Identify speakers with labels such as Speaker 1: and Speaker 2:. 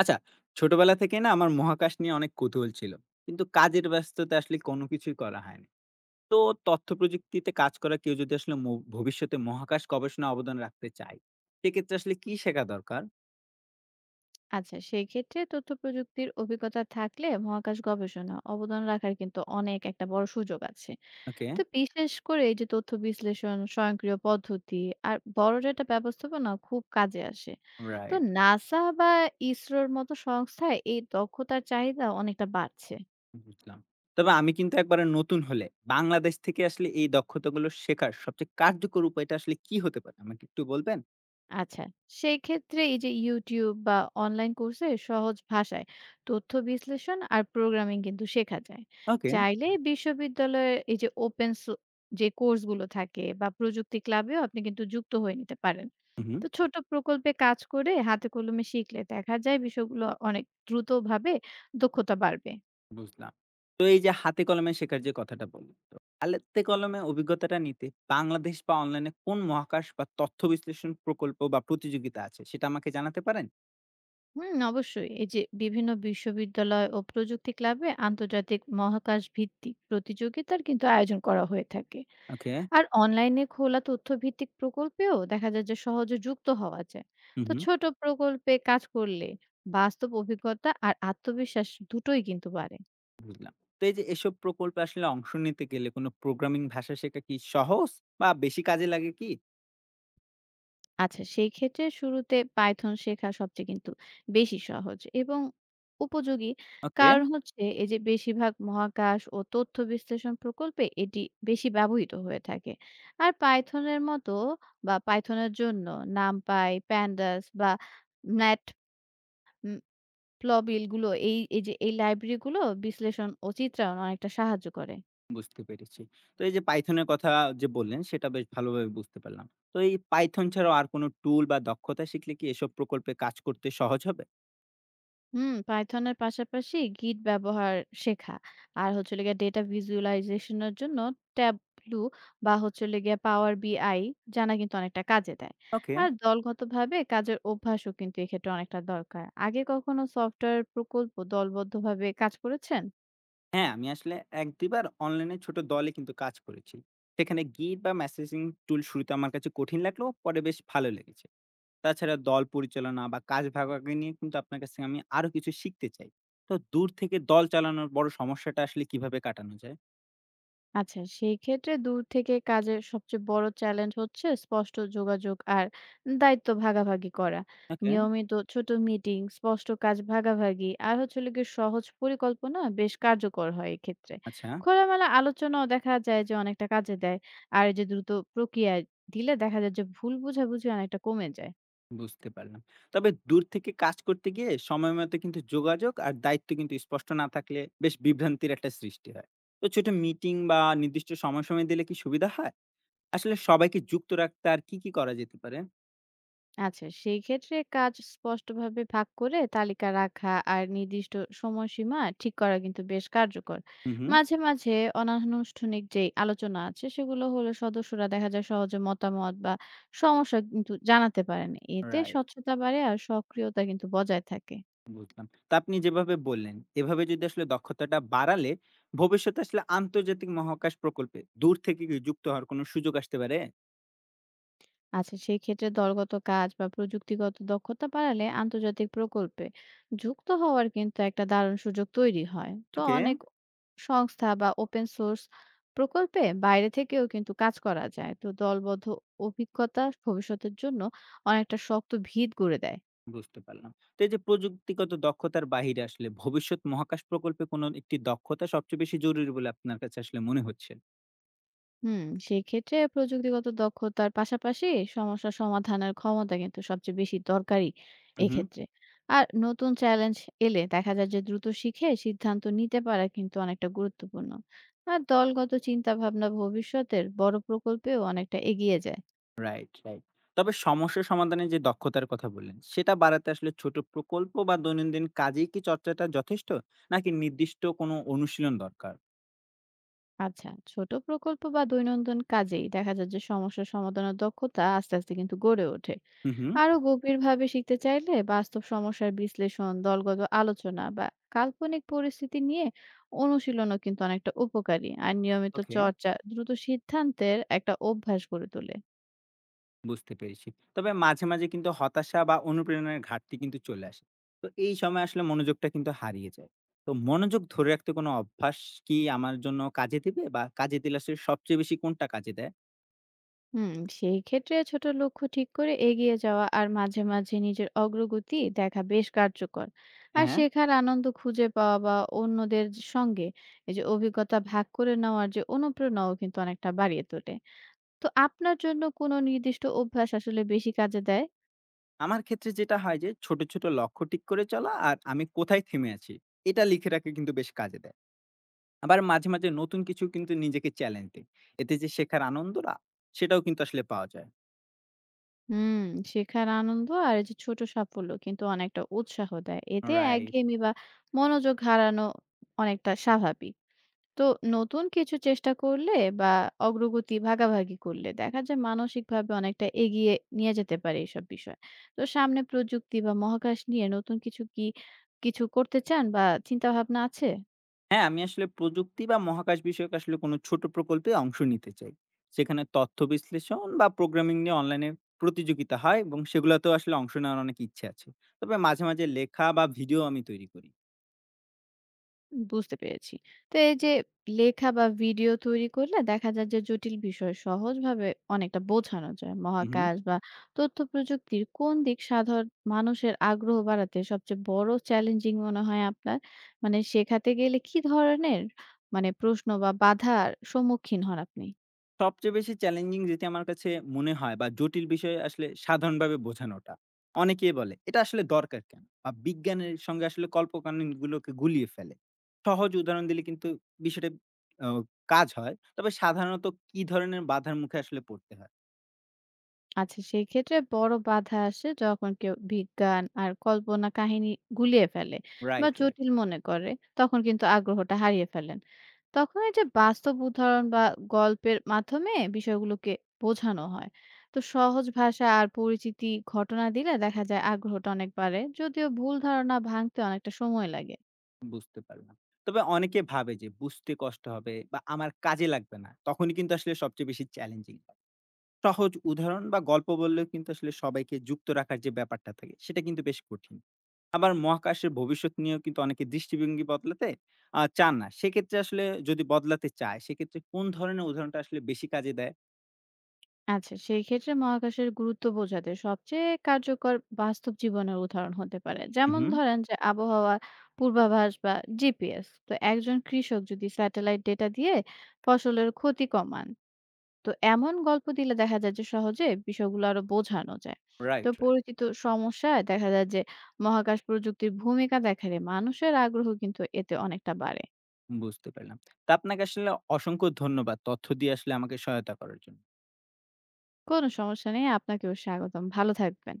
Speaker 1: আচ্ছা, ছোটবেলা থেকে না আমার মহাকাশ নিয়ে অনেক কৌতূহল ছিল। কিন্তু কাজের ব্যস্ততায় আসলে কোনো কিছুই করা হয়নি। তো তথ্য প্রযুক্তিতে কাজ করা কেউ যদি আসলে ভবিষ্যতে মহাকাশ গবেষণায় অবদান রাখতে চায়, সেক্ষেত্রে আসলে কি শেখা দরকার?
Speaker 2: আচ্ছা সেক্ষেত্রে তথ্য প্রযুক্তির অভিজ্ঞতা থাকলে মহাকাশ গবেষণা অবদান রাখার কিন্তু অনেক একটা বড় সুযোগ আছে।
Speaker 1: ওকে,
Speaker 2: তো বিশেষ করে এই যে তথ্য বিশ্লেষণ স্বয়ংক্রিয় পদ্ধতি আর বড় ডেটা ব্যবস্থাপনা খুব কাজে আসে। তো
Speaker 1: রাইট,
Speaker 2: নাসা বা ইসরোর মতো সংস্থায় এই দক্ষতার চাহিদা অনেকটা বাড়ছে।
Speaker 1: বুঝলাম। তবে আমি কিন্তু একবারে নতুন হলে বাংলাদেশ থেকে আসলে এই দক্ষতাগুলো শেখার সবচেয়ে কার্যকর উপায়টা আসলে কি হতে পারে? আমাকে একটু বলবেন?
Speaker 2: আচ্ছা, সেই ক্ষেত্রে এই যে YouTube বা অনলাইন কোর্সে সহজ ভাষায় তথ্য বিশ্লেষণ আর প্রোগ্রামিং কিন্তু শেখা যায়।
Speaker 1: ওকে।
Speaker 2: চাইলে বিশ্ববিদ্যালয়ের এই যে ওপেন সো যে কোর্সগুলো থাকে বা প্রযুক্তি ক্লাবেও আপনি কিন্তু যুক্ত হয়ে নিতে পারেন।
Speaker 1: হুম, হুম।
Speaker 2: তো ছোট প্রকল্পে কাজ করে হাতে কলমে শিখলে দেখা যায় বিষয়গুলো অনেক দ্রুতভাবে দক্ষতা বাড়বে।
Speaker 1: বুঝলাম। তো এই যে হাতে কলমে শেখার যে কথাটা বললেন, তো হাতে কলমে অভিজ্ঞতাটা নিতে বাংলাদেশ বা অনলাইনে কোন মহাকাশ বা তথ্য বিশ্লেষণ প্রকল্প বা প্রতিযোগিতা আছে সেটা আমাকে জানাতে পারেন?
Speaker 2: অবশ্যই এই যে বিভিন্ন বিশ্ববিদ্যালয় ও প্রযুক্তি ক্লাবে আন্তর্জাতিক মহাকাশ ভিত্তিক প্রতিযোগিতার কিন্তু আয়োজন করা হয়ে থাকে।
Speaker 1: ওকে।
Speaker 2: আর অনলাইনে খোলা তথ্যভিত্তিক প্রকল্পেও দেখা যায় যে সহজে যুক্ত হওয়া যায়।
Speaker 1: হু,
Speaker 2: তো
Speaker 1: হুম,
Speaker 2: ছোট প্রকল্পে কাজ করলে বাস্তব অভিজ্ঞতা আর আত্মবিশ্বাস দুটোই কিন্তু বাড়ে।
Speaker 1: বুঝলাম। তো এই যে এসব প্রকল্পে আসলে অংশ নিতে গেলে কোনো প্রোগ্রামিং ভাষা শেখা কি সহজ বা বেশি কাজে লাগে কি?
Speaker 2: আচ্ছা সেই ক্ষেত্রে শুরুতে পাইথন শেখা সবচেয়ে কিন্তু বেশি সহজ এবং উপযোগী।
Speaker 1: ওকে,
Speaker 2: কারণ হচ্ছে এই যে বেশিরভাগ মহাকাশ ও তথ্য বিশ্লেষণ প্রকল্পে এটি বেশি ব্যবহৃত হয়ে থাকে। আর পাইথনের মতো বা পাইথনের জন্য নামপাই প্যান্ডাস বা ম্যাট প্লবিল গুলো এই যে এই লাইব্রেরি গুলো বিশ্লেষণ ও চিত্রায়ন অনেকটা সাহায্য করে।
Speaker 1: বুঝতে পেরেছি। তো এই যে পাইথনের কথা যে বললেন সেটা বেশ ভালোভাবে বুঝতে পারলাম। তো এই পাইথন ছাড়াও আর কোনো টুল বা দক্ষতা শিখলে কি এসব প্রকল্পে কাজ করতে সহজ হবে?
Speaker 2: পাইথনের পাশাপাশি গিট ব্যবহার শেখা আর হচ্ছে হলো গিয়ে ডেটা ভিজুয়ালাইজেশন এর জন্য ট্যাবলু বা হচ্ছে হলো গিয়ে পাওয়ার বিআই জানা কিন্তু অনেকটা কাজে দেয়।
Speaker 1: ওকে।
Speaker 2: আর দলগতভাবে কাজের অভ্যাসও কিন্তু এক্ষেত্রে অনেকটা দরকার। আগে কখনো সফটওয়্যার প্রকল্প দলবদ্ধভাবে কাজ করেছেন?
Speaker 1: হ্যাঁ, আমি আসলে ১-২ বার অনলাইনে ছোট দলে কিন্তু কাজ করেছি। সেখানে গিট বা মেসেজিং টুল শুরুতে আমার কাছে কঠিন লাগলেও পরে বেশ ভালো লেগেছে। তাছাড়া দল পরিচালনা বা কাজ ভাগাভাগি নিয়ে কিন্তু আপনার কাছ থেকে আমি আরো কিছু শিখতে চাই। তো দূর থেকে দল চালানোর বড় সমস্যাটা আসলে কিভাবে কাটানো যায়?
Speaker 2: আচ্ছা, সেই ক্ষেত্রে দূর থেকে কাজের সবচেয়ে বড় চ্যালেঞ্জ হচ্ছে স্পষ্ট যোগাযোগ আর দায়িত্ব ভাগাভাগি করা।
Speaker 1: ওকে,
Speaker 2: নিয়মিত ছোট মিটিং, স্পষ্ট কাজ ভাগাভাগি আর হচ্ছে হলো গিয়ে সহজ পরিকল্পনা বেশ কার্যকর হয় এক্ষেত্রে।
Speaker 1: আচ্ছা,
Speaker 2: খোলামেলা আলোচনাও দেখা যায় যে অনেকটা কাজে দেয়। আর এই যে দ্রুত প্রক্রিয়া দিলে দেখা যায় যে ভুল বোঝাবুঝি অনেকটা কমে যায়।
Speaker 1: বুঝতে পারলাম। তবে দূর থেকে কাজ করতে গিয়ে সময় মতো কিন্তু যোগাযোগ আর দায়িত্ব কিন্তু স্পষ্ট না থাকলে বেশ বিভ্রান্তির একটা সৃষ্টি হয়। তো ছোট মিটিং বা নির্দিষ্ট সময় দিলে কি সুবিধা হয়? আসলে সবাইকে যুক্ত রাখতে আর কি করা যেতে পারে?
Speaker 2: আচ্ছা, সেই ক্ষেত্রে কাজ স্পষ্টভাবে ভাগ করে তালিকা রাখা আর নির্দিষ্ট সময়সীমা ঠিক করা কিন্তু বেশ কার্যকর।
Speaker 1: হু, হু।
Speaker 2: মাঝে মাঝে অনানুষ্ঠানিক যেই আলোচনা আছে সেগুলো হলে সদস্যরা দেখা যায় সহজে মতামত বা সমস্যা কিন্তু জানাতে পারেন। এতে
Speaker 1: রাইট,
Speaker 2: স্বচ্ছতা বাড়ে আর সক্রিয়তা কিন্তু বজায় থাকে।
Speaker 1: বুঝলাম। তো আপনি যেভাবে বললেন, এভাবে যদি আসলে দক্ষতাটা বাড়ালে ভবিষ্যতে আসলে আন্তর্জাতিক মহাকাশ প্রকল্পে দূর থেকে কি যুক্ত হওয়ার কোনো সুযোগ আসতে পারে?
Speaker 2: আচ্ছা সেক্ষেত্রে দলগত কাজ বা প্রযুক্তিগত দক্ষতা বাড়ালে আন্তর্জাতিক প্রকল্পে যুক্ত হওয়ার কিন্তু একটা দারুণ সুযোগ তৈরি হয়। তো
Speaker 1: ওকে,
Speaker 2: অনেক সংস্থা বা ওপেন সোর্স প্রকল্পে বাইরে থেকেও কিন্তু কাজ করা যায়। তো দলবদ্ধ অভিজ্ঞতা ভবিষ্যতের জন্য অনেকটা শক্ত ভিত গড়ে দেয়।
Speaker 1: বুঝতে পারলাম। তো এই যে প্রযুক্তিগত দক্ষতার বাহিরে আসলে ভবিষ্যৎ মহাকাশ প্রকল্পে কোনো একটি দক্ষতা সবচেয়ে বেশি জরুরি বলে আপনার কাছে আসলে মনে হচ্ছে?
Speaker 2: হুম, সেক্ষেত্রে প্রযুক্তিগত দক্ষতার পাশাপাশি সমস্যা সমাধানের ক্ষমতা কিন্তু সবচেয়ে বেশি দরকারি
Speaker 1: হু, হু।
Speaker 2: এক্ষেত্রে। আর নতুন চ্যালেঞ্জ এলে দেখা যায় যে দ্রুত শিখে সিদ্ধান্ত নিতে পারা কিন্তু অনেকটা গুরুত্বপূর্ণ। আর দলগত চিন্তা ভাবনা ভবিষ্যতের বড় প্রকল্পেও অনেকটা এগিয়ে যায়।
Speaker 1: Right, right. তবে সমস্যা সমাধানের যে দক্ষতার কথা বললেন, সেটা বাড়াতে আসলে ছোট প্রকল্প বা দৈনন্দিন কাজেই কি চর্চাটা যথেষ্ট? নাকি নির্দিষ্ট কোনো অনুশীলন দরকার?
Speaker 2: আচ্ছা, ছোট প্রকল্প বা দৈনন্দিন কাজেই দেখা যায় যে সমস্যা সমাধানের দক্ষতা আস্তে আস্তে কিন্তু গড়ে ওঠে।
Speaker 1: হু, হু।
Speaker 2: আরো গভীরভাবে শিখতে চাইলে বাস্তব সমস্যার বিশ্লেষণ, দলগত আলোচনা বা কাল্পনিক পরিস্থিতি নিয়ে অনুশীলনও কিন্তু অনেকটা উপকারী। আর নিয়মিত
Speaker 1: ওকে,
Speaker 2: চর্চা দ্রুত সিদ্ধান্তের একটা অভ্যাস গড়ে তোলে।
Speaker 1: বুঝতে পেরেছি। তবে মাঝে, মাঝে কিন্তু হতাশা বা অনুপ্রেরণার ঘাটতি কিন্তু চলে আসে। তো এই সময় আসলে মনোযোগটা কিন্তু হারিয়ে যায়। তো মনোযোগ ধরে রাখতে কোনো অভ্যাস কি আমার জন্য কাজে দিবে? বা কাজে দিলে আসলে সবচেয়ে বেশি কোনটা কাজে দেয়?
Speaker 2: হুম, সেই ক্ষেত্রে ছোট লক্ষ্য ঠিক করে এগিয়ে যাওয়া আর মাঝে মাঝে নিজের অগ্রগতি দেখা বেশ কার্যকর। আর
Speaker 1: হ্যাঁ।
Speaker 2: শেখার আনন্দ খুঁজে পাওয়া বা অন্যদের সঙ্গে এই যে অভিজ্ঞতা ভাগ করে নেওয়ার যে অনুপ্রেরণাও কিন্তু অনেকটা বাড়িয়ে তোলে। তো আপনার জন্য কোনো নির্দিষ্ট অভ্যাস আসলে বেশি কাজে দেয়?
Speaker 1: আমার ক্ষেত্রে যেটা হয় যে ছোট, ছোট লক্ষ্য ঠিক করে চলা আর আমি কোথায় থেমে আছি এটা লিখে রাখা কিন্তু বেশ কাজে দেয়। আবার মাঝে, মাঝে নতুন কিছু কিন্তু নিজেকে চ্যালেঞ্জ দেই। এতে যে শেখার আনন্দটা সেটাও কিন্তু আসলে পাওয়া যায়।
Speaker 2: হুম, শেখার আনন্দ আর এই যে ছোট সাফল্য কিন্তু অনেকটা উৎসাহ দেয়। এতে
Speaker 1: রাইট।
Speaker 2: একঘেয়েমি বা মনোযোগ হারানো অনেকটা স্বাভাবিক। তো নতুন কিছু চেষ্টা করলে বা অগ্রগতি ভাগাভাগি করলে দেখা যায় মানসিকভাবে অনেকটা এগিয়ে নিয়ে যেতে পারে এইসব বিষয়। তো সামনে প্রযুক্তি বা মহাকাশ নিয়ে নতুন কিছু করতে চান বা চিন্তাভাবনা আছে?
Speaker 1: হ্যাঁ, আমি আসলে প্রযুক্তি বা মহাকাশ বিষয়ক আসলে কোনো ছোট প্রকল্পে অংশ নিতে চাই। সেখানে তথ্য বিশ্লেষণ বা প্রোগ্রামিং নিয়ে অনলাইনে প্রতিযোগিতা হয় এবং সেগুলাতেও আসলে অংশ নেওয়ার অনেক ইচ্ছে আছে। তবে মাঝে, মাঝে লেখা বা ভিডিও আমি তৈরি করি।
Speaker 2: বুঝতে পেরেছি। তো এই যে লেখা বা ভিডিও তৈরি করলে দেখা যায় যে জটিল বিষয় সহজভাবে অনেকটা বোঝানো যায়।
Speaker 1: উহু।
Speaker 2: মহাকাশ বা তথ্য প্রযুক্তির কোন দিক সাধারণ মানুষের আগ্রহ বাড়াতে সবচেয়ে বড় চ্যালেঞ্জিং মনে হয় আপনার? মানে শেখাতে গেলে কি ধরনের মানে প্রশ্ন বা বাধার সম্মুখীন হন আপনি?
Speaker 1: সবচেয়ে বেশি চ্যালেঞ্জিং যেটি আমার কাছে মনে হয় বা জটিল বিষয় আসলে সাধারণভাবে বোঝানোটা। অনেকেই বলে, "এটা আসলে দরকার কেন?" বা বিজ্ঞানের সঙ্গে আসলে কল্পকাহিনীগুলোকে গুলিয়ে ফেলে। সহজ উদাহরণ দিলে কিন্তু বিষয়টা অ কাজ হয়। তবে সাধারণত কি ধরনের বাধার মুখে আসলে পড়তে হয়?
Speaker 2: আচ্ছা সেই ক্ষেত্রে বড় বাধা আসে যখন কেউ বিজ্ঞান আর কল্পনা কাহিনী গুলিয়ে ফেলে বা
Speaker 1: রাইট, রাইট।
Speaker 2: জটিল মনে করে তখন কিন্তু আগ্রহটা হারিয়ে ফেলেন। তখন এই যে বাস্তব উদাহরণ বা গল্পের মাধ্যমে বিষয়গুলোকে বোঝানো হয়। তো সহজ ভাষা আর পরিচিতি ঘটনা দিলে দেখা যায় আগ্রহটা অনেক বাড়ে, যদিও ভুল ধারণা ভাঙতে অনেকটা সময় লাগে।
Speaker 1: বুঝতে পারলাম। তবে অনেকে ভাবে যে বুঝতে কষ্ট হবে বা আমার কাজে লাগবে না। তখনই কিন্তু আসলে সবচেয়ে বেশি চ্যালেঞ্জিং হয়। সহজ উদাহরণ বা গল্প বললেও কিন্তু আসলে সবাইকে যুক্ত রাখার যে ব্যাপারটা থাকে সেটা কিন্তু বেশ কঠিন। আবার মহাকাশের ভবিষ্যৎ নিয়েও কিন্তু অনেকে দৃষ্টিভঙ্গি বদলাতে চান না। সেক্ষেত্রে আসলে যদি বদলাতে চায় সেক্ষেত্রে কোন ধরনের উদাহরণটা আসলে বেশি কাজে দেয়?
Speaker 2: আচ্ছা, সেই ক্ষেত্রে মহাকাশের গুরুত্ব বোঝাতে সবচেয়ে কার্যকর বাস্তব জীবনের উদাহরণ হতে পারে। যেমন
Speaker 1: হুম।
Speaker 2: ধরেন যে আবহাওয়া পূর্বাভাস বা GPS। তো একজন কৃষক যদি স্যাটেলাইট ডেটা দিয়ে ফসলের ক্ষতি কমান, তো এমন গল্প দিলে দেখা যায় যে সহজে বিষয়গুলো আরো বোঝানো যায়। তো
Speaker 1: রাইট, রাইট।
Speaker 2: পরিচিত সমস্যায় দেখা যায় যে মহাকাশ প্রযুক্তির ভূমিকা দেখালে মানুষের আগ্রহ কিন্তু এতে অনেকটা বাড়ে।
Speaker 1: বুঝতে পারলাম। তা আপনাকে আসলে অসংখ্য ধন্যবাদ তথ্য দিয়ে আসলে আমাকে সহায়তা করার জন্য।
Speaker 2: কোনো সমস্যা নেই, আপনাকেও স্বাগতম। ভালো থাকবেন।